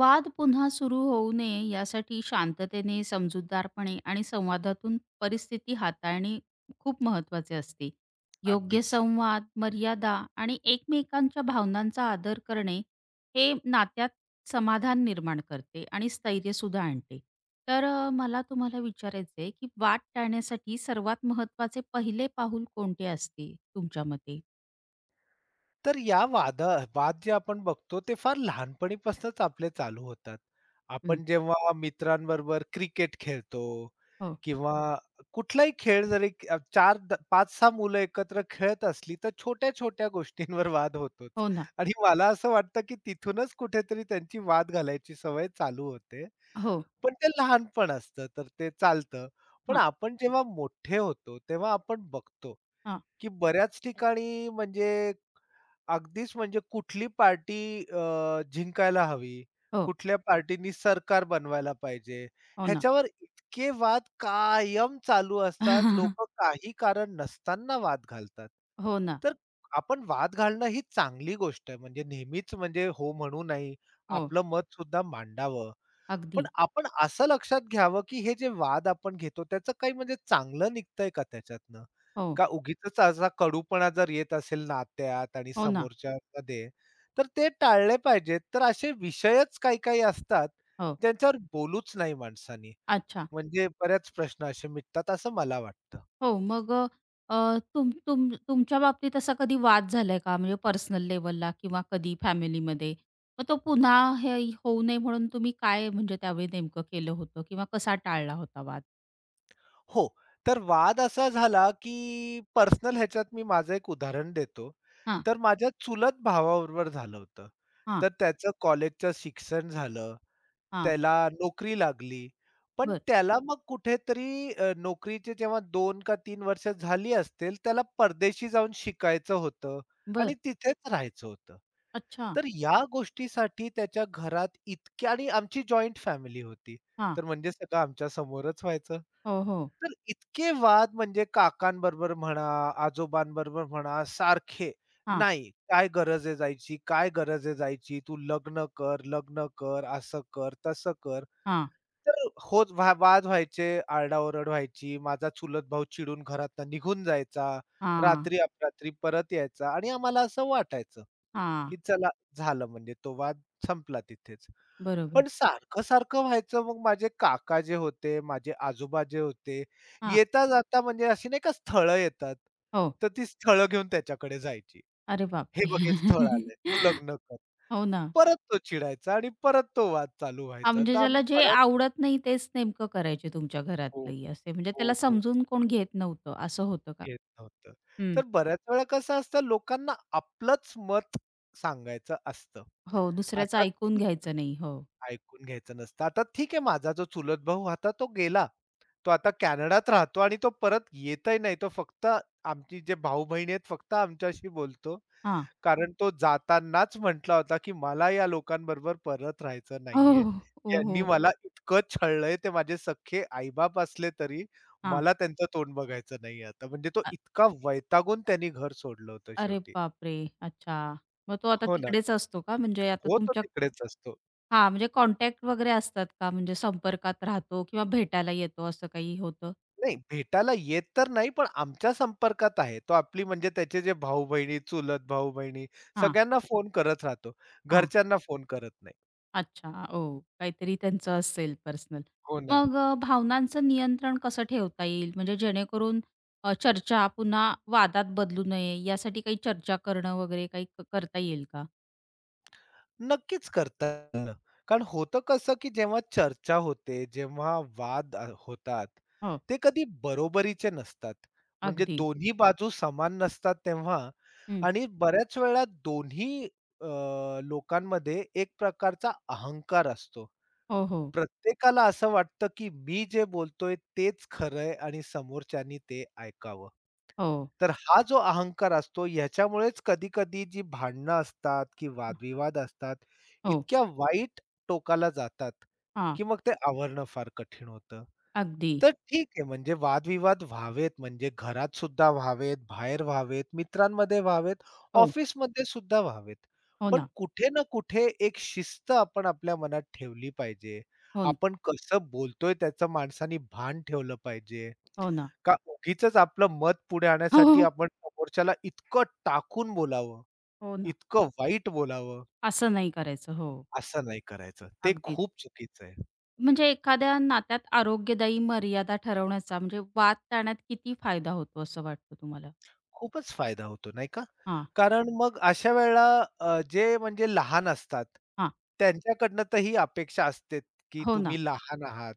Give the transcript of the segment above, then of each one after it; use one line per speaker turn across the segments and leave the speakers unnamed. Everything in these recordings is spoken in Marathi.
वाद पुन्हा सुरू होऊ नये यासाठी शांततेने, समजूतदारपणे आणि संवादातून परिस्थिती हाताळणे खूप महत्वाचे असते. योग्य
अगदीच.
संवाद, मर्यादा आणि एकमेकांच्या भावनांचा आदर करणे हे नात्यात समाधान निर्माण करते आणि स्थैर्यसुद्धा आणते. तर मला तुम्हाला विचारायचं आहे, की वाद टाळण्यासाठी सर्वात महत्वाचे पहिले पाऊल कोणते असते तुमच्या मते?
तर या वादा वाद जे आपण बघतो ते फार लहानपणीपासूनच आपले चालू होतात.
हं.
आपण जेव्हा मित्रांबरोबर क्रिकेट खेळतो
हो.
किंवा कुठलाही खेळ जरी 4 5-6 मुलं एकत्र खेळत असली, तर छोट्या-छोट्या गोष्टींवर वाद होतोच.
हो ना.
आणि मला असं वाटतं, की तिथूनच कुठेतरी त्यांची वाद घालायची सवय चालू होते.
हो.
पण ते लहानपण असतं तर ते चालतं. पण
हां.
आपण जेव्हा मोठे होतो, तेव्हा आपण बघतो,
हां.
की बऱ्याच ठिकाणी म्हणजे अगदीच म्हणजे कुठली पार्टी जिंकायला हवी,
हो.
कुठल्या पार्टीनी सरकार बनवायला पाहिजे.
हो ना.
ह्याच्यावर इतके वाद कायम चालू असतात. लोकं काही कारण नसताना वाद घालतात.
हो ना.
तर आपण वाद घालणं ही चांगली गोष्ट आहे. म्हणजे नेहमीच म्हणजे हो म्हणू नाही.
हो,
आपलं मतसुद्धा मांडावं. पण
अगदी.
आपण असं लक्षात घ्यावं, की हे जे वाद आपण घेतो त्याचं काही म्हणजे चांगलं निघतंय का त्याच्यातनं?
हो,
का उगीचच असा कडूपणा जर येत असेल नात्यात आणि
हो ना.
समोरच्यामध्ये, तर ते टाळले पाहिजेत. तर असे विषयच काही-काही असतात,
हो.
ज्यांच्यावर बोलूच नाही माणसानी.
अच्छा.
म्हणजे बऱ्याच प्रश्न असे मिटतात असं मला वाटतं.
हो, मग अ, अ, तुम तुम तुमच्या बाबतीत असा कधी वाद झालाय का? म्हणजे पर्सनल लेव्हलला किंवा कधी फॅमिलीमध्ये? मग तो पुन्हा हे होऊ नये म्हणून तुम्ही काय म्हणजे त्यावेळी नेमकं केलं होतं किंवा कसा टाळला होता वाद?
हो. तर वाद असा झाला, की पर्सनल ह्याच्यात मी माझं एक उदाहरण देतो.
हां,
तर माझ्या चुलत भावाबरोबर झालं होतं.
हां,
तर त्याचं कॉलेजचं शिक्षण झालं,
हां.
त्याला नोकरी लागली. पण
बरं,
त्याला मग कुठेतरी नोकरीचे जेव्हा दोन का तीन वर्ष झाली असतील, त्याला परदेशी जाऊन शिकायचं होतं आणि
बरं.
तिथेच राहायचं होतं.
अच्छा.
तर या गोष्टीसाठी त्याच्या घरात इतक्या आणि आमची जॉइंट फॅमिली होती.
हां.
तर म्हणजे सगळं आमच्या समोरच व्हायचं.
हो, हो.
तर इतके वाद म्हणजे काकांबरोबर म्हणा, आजोबांबरोबर म्हणा, सारखे.
हां,
नाही, काय गरज आहे जायची? काय गरज आहे जायची? तू लग्न कर, लग्न कर, असं कर, तसं कर.
हां,
तर होच वाद व्हायचे, आरडाओरड व्हायची. माझा चुलत भाऊ चिडून घरातनं निघून जायचा.
हां,
रात्री अपरात्री परत यायचा आणि आम्हाला असं वाटायचं,
हां.
की चला झालं म्हणजे तो वाद संपला तिथेच.
बरोबर.
पण सारखं-सारखं व्हायचं. मग माझे काका जे होते, माझे आजोबा जे होते,
हां.
येता-जाता म्हणजे अशी नाही का स्थळं येतात,
हो.
तर ती स्थळं घेऊन त्याच्याकडे जायची.
अरे
"हे बघ हे स्थळ
बापरे!
आलंय, तू लग्न कर."
हो ना.
परत तो चिडायचा आणि परत तो वाद चालू
हां,
व्हायचा.
म्हणजे
तर
ज्याला
आम्ही
जे
परत
आवडत नाही तेच नेमकं करायचे तुमच्या
हो,
घरातलेही असे म्हणजे
हो,
त्याला
हो.
समजून कोण घेत नव्हतं असं होतं का?
घेत नव्हतं.
हं.
तर बऱ्याच वेळा कसं असतं लोकांना आपलंच मत सांगायचं असतं.
हो, दुसऱ्याचं
आता
ऐकून
ठीक
घ्यायचं नाही. हो.
ऐकून घ्यायचं नसतं. आता ठीक आहे माझा जो चुलत भाऊ होता तो गेला. तो आता कॅनडात राहतो आणि तो परत येतही नाही. तो फक्त आमची जे भाऊ-बहिणी आहेत फक्त आमच्याशी बोलतो.
हां.
कारण तो जातानाच म्हटला होता, की "मला या लोकांबरोबर परत राहायचं
हो,
नाहीये.
हो,
यांनी
हो.
मला इतकं छळलंय ते माझे सख्खे आई असले तरी
हां.
मला त्यांचं तोंड बघायचं नाहीये आता." म्हणजे तो
अ
इतका वैतागून त्यांनी घर सोडलं होतं
अरे
शेवटी.
बापरे! अच्छा. मग तो आता
हो ना.
तिकडेच असतो का? म्हणजे आता
हो, तो
तुमच्या
तिकडेच असतो.
हां, म्हणजे कॉन्टॅक्ट वगैरे असतात का? म्हणजे संपर्कात राहतो किंवा भेटायला येतो असं काही होतं?
नाही, भेटायला येत तर नाही, पण आमच्या संपर्कात आहे. तो आपली म्हणजे त्याचे जे भाऊ-बहिणी, चुलत भाऊ-बहिणी
हां,
सगळ्यांना फोन करत राहतो.
हां.
घरच्यांना फोन करत नाही.
अच्छा. ओह! काहीतरी त्यांचं असेल पर्सनल.
हो ना.
मग भावनांचं नियंत्रण कसं ठेवता येईल? म्हणजे जेणेकरून चर्चा पुन्हा वादात बदलू नये यासाठी काही चर्चा करणं वगैरे काही क करता येईल का?
नक्कीच करतात. कारण होतं कसं, की जेव्हा चर्चा होते, जेव्हा वाद होतात,
हो,
ते कधी बरोबरीचे नसतात. म्हणजे
अगदी.
दोन्ही बाजू समान नसतात तेव्हा
हं.
आणि बऱ्याच वेळा दोन्ही अ, लोकांमध्ये एक प्रकारचा अहंकार असतो.
हो, हो.
प्रत्येकाला असं वाटतं, की मी जे बोलतोय तेच खरं आहे आणि समोरच्यानी ते ऐकावं.
हो.
तर हा जो अहंकार असतो ह्याच्यामुळेच कधी-कधी जी भांडणं असतात, की वादविवाद असतात,
हो.
इतक्या वाईट टोकाला जातात,
हां.
की मग ते आवरणं फार कठीण होतं.
अगदी.
तर ठीक आहे म्हणजे वादविवाद व्हावेत म्हणजे घरात सुद्धा व्हावेत, बाहेर व्हावेत, मित्रांमध्ये व्हावेत,
हो.
ऑफिसमध्ये सुद्धा व्हावेत.
हो
पण
ना.
कुठे ना कुठे एक शिस्त आपण आपल्या मनात ठेवली पाहिजे.
हो ना.
आपण कसं बोलतोय त्याचं माणसाने भान ठेवलं पाहिजे.
हो ना.
का उगीचच आपलं मत पुढे
हो,
आणण्यासाठी
हो.
आपण समोरच्याला इतकं टाकून बोलावं,
हो ना.
इतकं वाईट बोलावं,
असं नाही करायचं. हो.
असं नाही करायचं. ते
अगदीच.
खूप चुकीचं आहे.
म्हणजे एखाद्या नात्यात आरोग्यदायी मर्यादा ठरवण्याचा म्हणजे वाद टाळण्यात किती फायदा होतो असं वाटतं तुम्हाला?
खूपच फायदा होतो, नाही का? कारण मग अशा वेळेला जे म्हणजे लहान असतात,
हां.
त्यांच्याकडनं तर ही अपेक्षा असते, की
हो ना.
तुम्ही लहान आहात.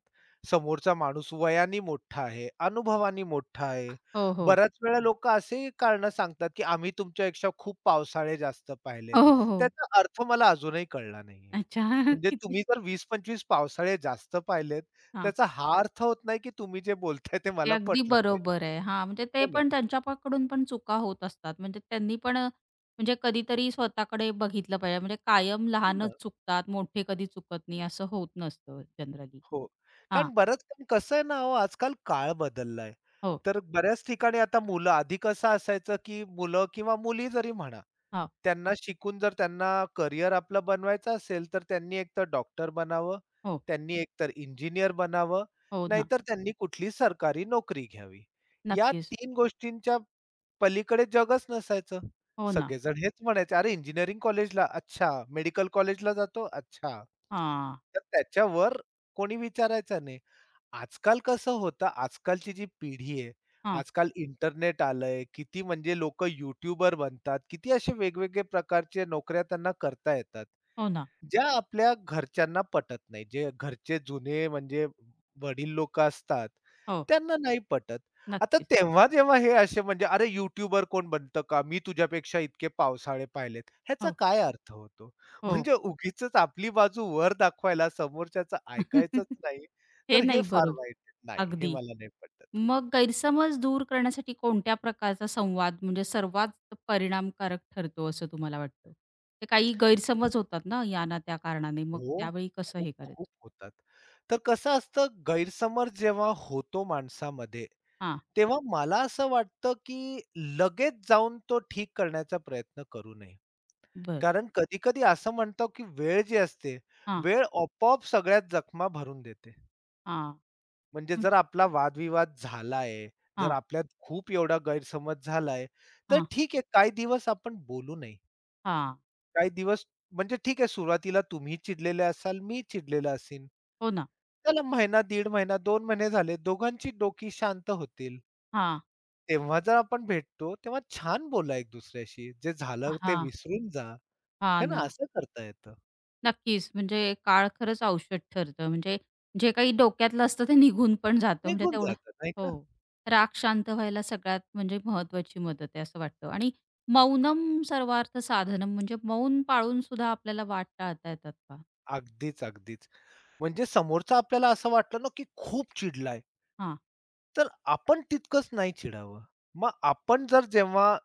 समोरचा माणूस वयाने मोठा आहे, अनुभवाने मोठा आहे.
हो, हो.
बऱ्याच वेळा लोकं असेही कारणं सांगतात, की आम्ही तुमच्यापेक्षा खूप पावसाळे जास्त पाहिलेत.
हो, हो, हो.
त्याचा अर्थ मला अजूनही कळला नाहीये.
अच्छा.
म्हणजे
किती?
तुम्ही जर 20-25 पावसाळे जास्त पाहिलेत,
हां.
त्याचा हा अर्थ होत नाही, की तुम्ही जे बोलताय ते
ते
मला
अगदी
पटलं पाहिजे.
बरोबर आहे. हां, म्हणजे ते
हो ना,
पण त्यांच्याकडून पण चुका होत असतात. म्हणजे त्यांनी पण अ, म्हणजे कधीतरी स्वतःकडे बघितलं पाहिजे. म्हणजे कायम
हो ना.
लहानच चुकतात, मोठे कधी चुकत नाही असं होत नसतं जनरली.
हो.
हां.
कारण बरंच काही कसं आहे ना हो, आजकाल काळ बदललाय.
हो.
तर बऱ्याच ठिकाणी आता मुलं आधी कसं असायचं, की मुलं किंवा मुली जरी म्हणा,
हां.
त्यांना शिकून जर त्यांना करियर आपलं बनवायचं असेल, तर त्यांनी एकतर डॉक्टर बनावं,
हो.
त्यांनी एकतर इंजिनिअर बनावं,
हो ना.
नाहीतर त्यांनी कुठली सरकारी नोकरी घ्यावी. या
नक्कीच.
3 गोष्टींच्या पलीकडे जगच नसायचं.
हो ना.
सगळेजण हेच म्हणायचे, "अरे इंजिनिअरिंग कॉलेजला? अच्छा. मेडिकल कॉलेजला जातो? अच्छा."
हां.
तर त्याच्यावर कोणी विचारायचं नाही. आजकाल कसं होतं, आजकालची जी पिढी आहे,
हां.
आजकाल इंटरनेट आलंय, किती म्हणजे लोकं YouTuber बनतात, किती असे वेगवेगळे प्रकारचे नोकऱ्या त्यांना करता येतात.
हो ना.
ज्या आपल्या घरच्यांना पटत नाही. जे घरचे जुने म्हणजे वडील लोकं असतात,
हो.
त्यांना नाही पटत. आता
नक्कीच.
तेव्हा जेव्हा हे असे म्हणजे "अरे यूट्यूबर कोण बनतं का? मी तुझ्यापेक्षा इतके पावसाळे पाहिलेत." ह्याचा
हो.
काय अर्थ होतो?
हो.
म्हणजे उगीचच आपली बाजू वर दाखवायला समोरच्याचं ऐकायचंच नाही,
हे
तर हे
नाही
फार
बरोबर.
वाईट आहे. नाही, हे
अगदी.
मला नाही पटत.
मग गैरसमज दूर करण्यासाठी कोणत्या प्रकारचा संवाद म्हणजे सर्वात परिणामकारक ठरतो असं तुम्हाला वाटतं? ते काही गैरसमज होतात ना या ना त्या कारणाने, मग
हो,
त्यावेळी कसं
खूप,
हे
खूप
करायचं?
होतात. तर कसं असतं गैरसमज जेव्हा होतो माणसामध्ये
हां,
तेव्हा मला असं वाटतं, की लगेच जाऊन तो ठीक करण्याचा प्रयत्न करू नये.
बरं.
कारण कधी-कधी असं म्हणतो, की वेळ जी असते,
हां,
वेळ आपोआप सगळ्यात जखमा भरून देते.
हां.
म्हणजे
हं.
जर आपला वादविवाद झाला आहे, जर
हां,
आपल्यात खूप एवढा गैरसमज झाला आहे, तर
हां,
ठीक आहे काही दिवस आपण बोलू नये.
हां.
काही दिवस म्हणजे ठीक आहे सुरुवातीला तुम्ही चिडलेले असाल, मी चिडलेला असेन.
हो ना.
चला महिना, दीड महिना, 2 महिने झाले, दोघांची डोकी शांत होतील.
हां,
तेव्हा जर आपण भेटतो, तेव्हा छान बोला एक दुसऱ्याशी. जे झालं ते
हां,
विसरून जा.
हां
हे
ना.
ना, असं करता येतं.
नक्कीच. म्हणजे काळ खरंच औषध ठरतं. म्हणजे जे काही डोक्यातलं असतं ते निघून पण जातं. म्हणजे
निघून
तेवढं
जातं नाही का?
हो. राग शांत व्हायला सगळ्यात म्हणजे महत्त्वाची मदत आहे असं वाटतं आणि मौनम सर्वार्थ साधनम म्हणजे मौन पाळून सुद्धा आपल्याला वाट टाळता येतात का?
अगदीच, अगदीच. म्हणजे समोरचा आपल्याला असं वाटलं ना, की खूप चिडलाय,
हां,
तर आपण तितकंच नाही चिडावं. मग आपण जर जेव्हा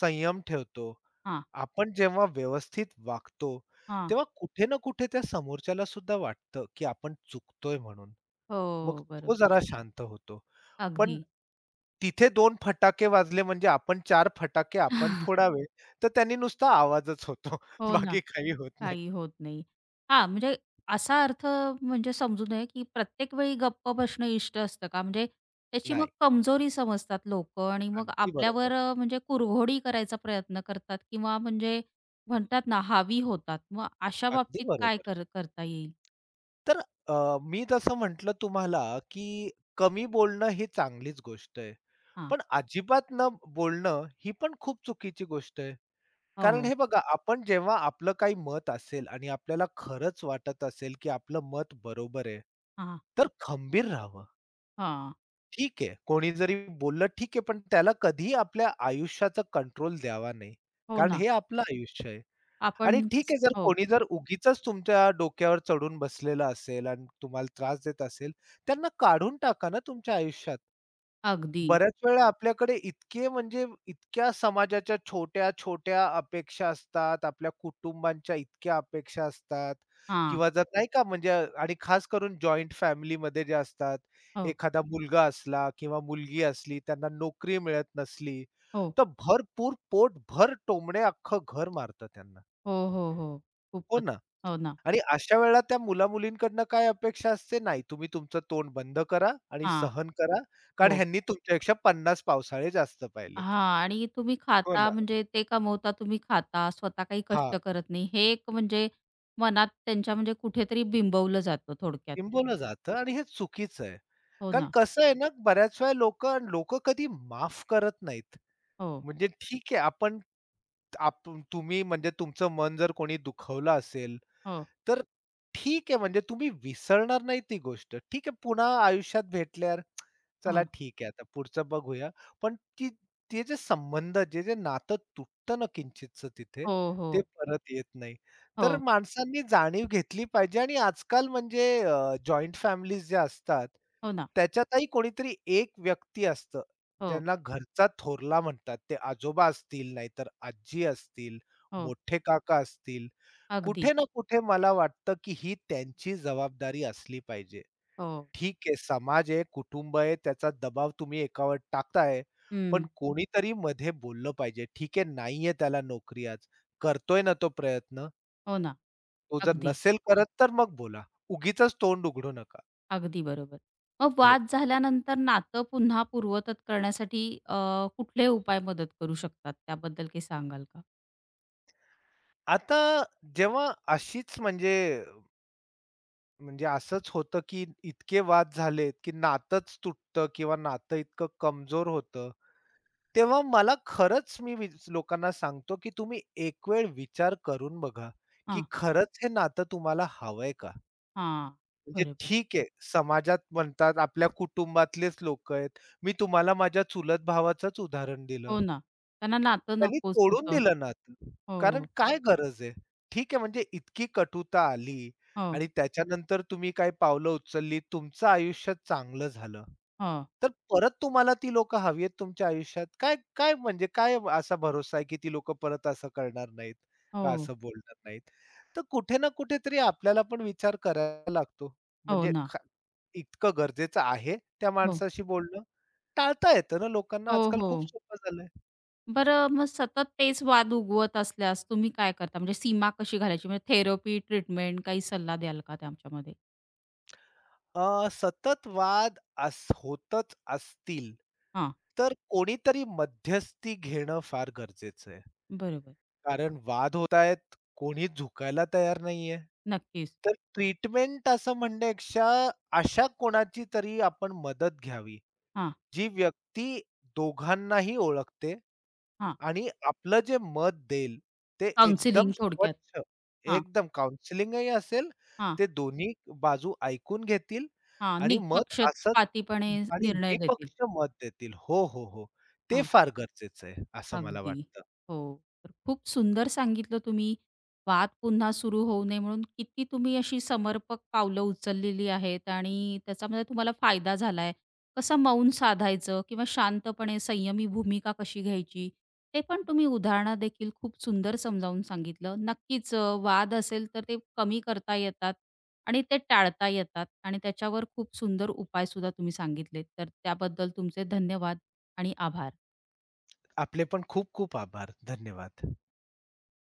संयम ठेवतो,
हां,
आपण जेव्हा व्यवस्थित वागतो,
हां.
तेव्हा कुठे ना कुठे त्या समोरच्याला सुद्धा वाटतं, की आपण चुकतोय म्हणून. मग
हो, बरोबर.
तो जरा शांत होतो.
अगदी.
पण तिथे दोन फटाके वाजले म्हणजे आपण चार फटाके आपण फोडावे, तर त्यांनी नुसता आवाजच होतो.
हो ना.
बाकी काही होत नाही.
काही होत नाही. हां, म्हणजे असा अर्थ म्हणजे समजू नये, की प्रत्येक वेळी गप्प बसणं इष्ट असतं का? म्हणजे त्याची मग
नाही.
कमजोरी समजतात लोक, आणि मग
अगदी बरोबर.
आपल्यावर अ, म्हणजे कुरघोडी करायचा प्रयत्न करतात किंवा म्हणजे म्हणतात ना, हावी होतात. मग अशा
अगदी
बाबतीत काय
बरोबर.
कर करता येईल?
तर मी जसं म्हटलं तुम्हाला, की कमी बोलणं ही चांगलीच गोष्ट आहे.
हां.
पण अजिबात न बोलणं ही पण खूप चुकीची गोष्ट आहे. कारण
हो.
हे बघा, आपण जेव्हा आपलं काही मत असेल आणि आपल्याला खरंच वाटत असेल, की आपलं मत बरोबर आहे,
हां,
तर खंबीर राहावं.
हां.
ठीक आहे. कोणी जरी बोललं ठीक आहे, पण त्याला कधीही आपल्या आयुष्याचा कंट्रोल द्यावा नाही.
हो
कारण
ना.
हे आपलं आयुष्य आहे. आणि
आपण
ठीक
कसं
आहे जर
हो,
कोणी जर उगीचच तुमच्या डोक्यावर चढून बसलेलं असेल आणि तुम्हाला त्रास देत असेल, त्यांना काढून टाका ना तुमच्या आयुष्यात.
अगदी.
बऱ्याच वेळा आपल्याकडे इतके म्हणजे इतक्या समाजाच्या छोट्या-छोट्या अपेक्षा असतात, आपल्या कुटुंबांच्या इतक्या अपेक्षा असतात
हां.
किंवा जर नाही का म्हणजे आणि खास करून जॉइंट फॅमिलीमध्ये जे असतात,
हो,
एखादा मुलगा असला किंवा मुलगी असली, त्यांना नोकरी मिळत नसली,
हो.
तर भरपूर पोटभर टोमणे अख्खं घर मारतं त्यांना.
हो, हो, हो.
हो
खूपच.
ना?
हो ना.
आणि अशा वेळेला त्या मुला-मुलींकडनं काय अपेक्षा असते? नाही, तुम्ही तुमचं तोंड बंद करा आणि
हां.
सहन करा, कारण
हो.
ह्यांनी तुमच्यापेक्षा 50 पावसाळे जास्त पाहिलेत.
हां. आणि तुम्ही
हो
खाता
ना.
म्हणजे ते कमवता, तुम्ही खाता, स्वतः काही
हां,
कष्ट करत नाही. हे एक म्हणजे मनात त्यांच्या म्हणजे कुठेतरी बिंबवलं जातं थोडक्यात. कि-
बिंबवलं जातं आणि हे चुकीचं आहे.
हो
कारण
ना.
कसं आहे ना, बऱ्याच वेळा लोकं लोकं कधी माफ करत नाहीत.
हो,
म्हणजे ठीक आहे, आपण आप तुम्ही म्हणजे तुमचं मन जर कोणी दुखवलं असेल
हो,
तर ठीक आहे म्हणजे तुम्ही विसरणार नाही ती गोष्ट. ठीक आहे पुन्हा आयुष्यात भेटल्यावर चला
हां.
ठीक आहे आता पुढचं बघूया. पण ती ते जे संबंध, जे जे नातं तुटतं ना किंचितसं तिथे,
हो,
ते
हो,
परत येत नाही.
हो,
तर माणसांनी जाणीव घेतली पाहिजे आणि आजकाल म्हणजे फॅमिलीज ज्या असतात
हो ना.
त्याच्यातही कोणीतरी एक व्यक्ती असतं,
हो,
ज्यांना घरचा थोरला म्हणतात. ते आजोबा असतील, नाहीतर आजी असतील,
हो.
मोठे काका असतील.
अगदी.
कुठे ना कुठे मला वाटतं, की ही त्यांची जबाबदारी असली पाहिजे.
हो.
ठीक आहे, समाज आहे, कुटुंब आहे, त्याचा दबाव तुम्ही एकावर टाकताय, पण
हं.
कोणीतरी मध्ये बोललं पाहिजे. ठीक आहे, नाहीये त्याला नोकरी आज, करतोय ना तो प्रयत्न.
हो ना.
तो जर
अगदी,
नसेल करत, तर मग बोला. उगीचच तोंड उघडू नका.
अगदी बरोबर. मग
हो.
वाद झाल्यानंतर नातं पुन्हा पूर्ववत करण्यासाठी अ, कुठले उपाय मदत करू शकतात? त्याबद्दल काही सांगाल का?
आता जेव्हा अशीच म्हणजे म्हणजे असंच होतं, की इतके वाद झालेत, की नातंच तुटतं किंवा नातं इतकं कमजोर होतं, तेव्हा मला खरंच मी वि लोकांना सांगतो, की तुम्ही एक वेळ विचार करून बघा, की
हां,
खरंच हे नातं तुम्हाला हवंय का?
हां.
म्हणजे
बरोबर.
ठीक आहे, समाजात म्हणतात, आपल्या कुटुंबातलेच लोकं आहेत. मी तुम्हाला माझ्या चुलत भावाचंच उदाहरण दिलं.
हो ना. त्यांना नातं
त्यांनी
नकोच
तोडून
होतं.
दिलं नातं.
हो,
कारण
हो,
काय गरज आहे? ठीक आहे म्हणजे इतकी कटुता आली
हो,
आणि त्याच्यानंतर तुम्ही काय पावलं उचलली, तुमचं आयुष्य चांगलं झालं. तर परत तुम्हाला ती लोकं हवी आहेत तुमच्या आयुष्यात? काय काय म्हणजे काय असा भरोसा आहे, की ती लोकं परत असं करणार नाहीत का
हो,
असं बोलणार नाहीत? तर कुठे ना कुठेतरी आपल्याला पण विचार करायला लागतो.
हो
म्हणजे
ना.
ख इतकं गरजेचं आहे त्या
हो,
माणसाशी बोलणं? टाळता येतं ना लोकांना
हो,
आजकाल
हो.
खूप सोपं झालंय.
बरं मग सतत तेच वाद उगवत असल्यास तुम्ही काय करता? म्हणजे सीमा कशी घालायची? म्हणजे थेरपी, ट्रीटमेंट काही सल्ला द्याल का त्याच्यामध्ये?
सतत वाद अस होतच असतील,
हां,
तर कोणीतरी मध्यस्थी घेणं फार गरजेचं आहे.
बरोबर.
कारण वाद होत आहेत, कोणी झुकायला तयार नाहीये.
नक्कीच.
तर ट्रीटमेंट असं म्हणण्यापेक्षा अशा कोणाची तरी आपण मदत घ्यावी,
हां,
जी व्यक्ती दोघांनाही ओळखते
हां.
आणि आपलं जे मत देईल ते एकदम
काउंसलिंग थोडक्यात.
स्वच्छ,
हां,
एकदम काउन्सिलिंगही असेल,
हां,
ते दोन्ही बाजू ऐकून घेतील
हां.
आणि मत असंच
निपक्षपातीपणे
आणि
निर्णय देतील.
निपक्ष मत देतील. हो, हो, हो. ते फार गरजेचं आहे, असं मला
अगदी.
वाटतं.
हो. तर खूप सुंदर सांगितलं तुम्ही. वाद पुन्हा सुरू होऊ नये म्हणून किती तुम्ही अशी समर्पक पावलं उचललेली आहेत आणि त्याच्यामध्ये तुम्हाला फायदा झालाय. कसं मौन साधायचं किंवा शांतपणे संयमी भूमिका कशी घ्यायची, ते पण तुम्ही उदाहरणादेखील खूप सुंदर समजावून सांगितलं. नक्कीच वाद असेल तर ते कमी करता येतात आणि ते टाळता येतात आणि त्याच्यावर खूप सुंदर उपायसुद्धा तुम्ही सांगितलेत. तर त्याबद्दल तुमचे धन्यवाद आणि आभार.
आपले पण खूप खूप आभार. धन्यवाद.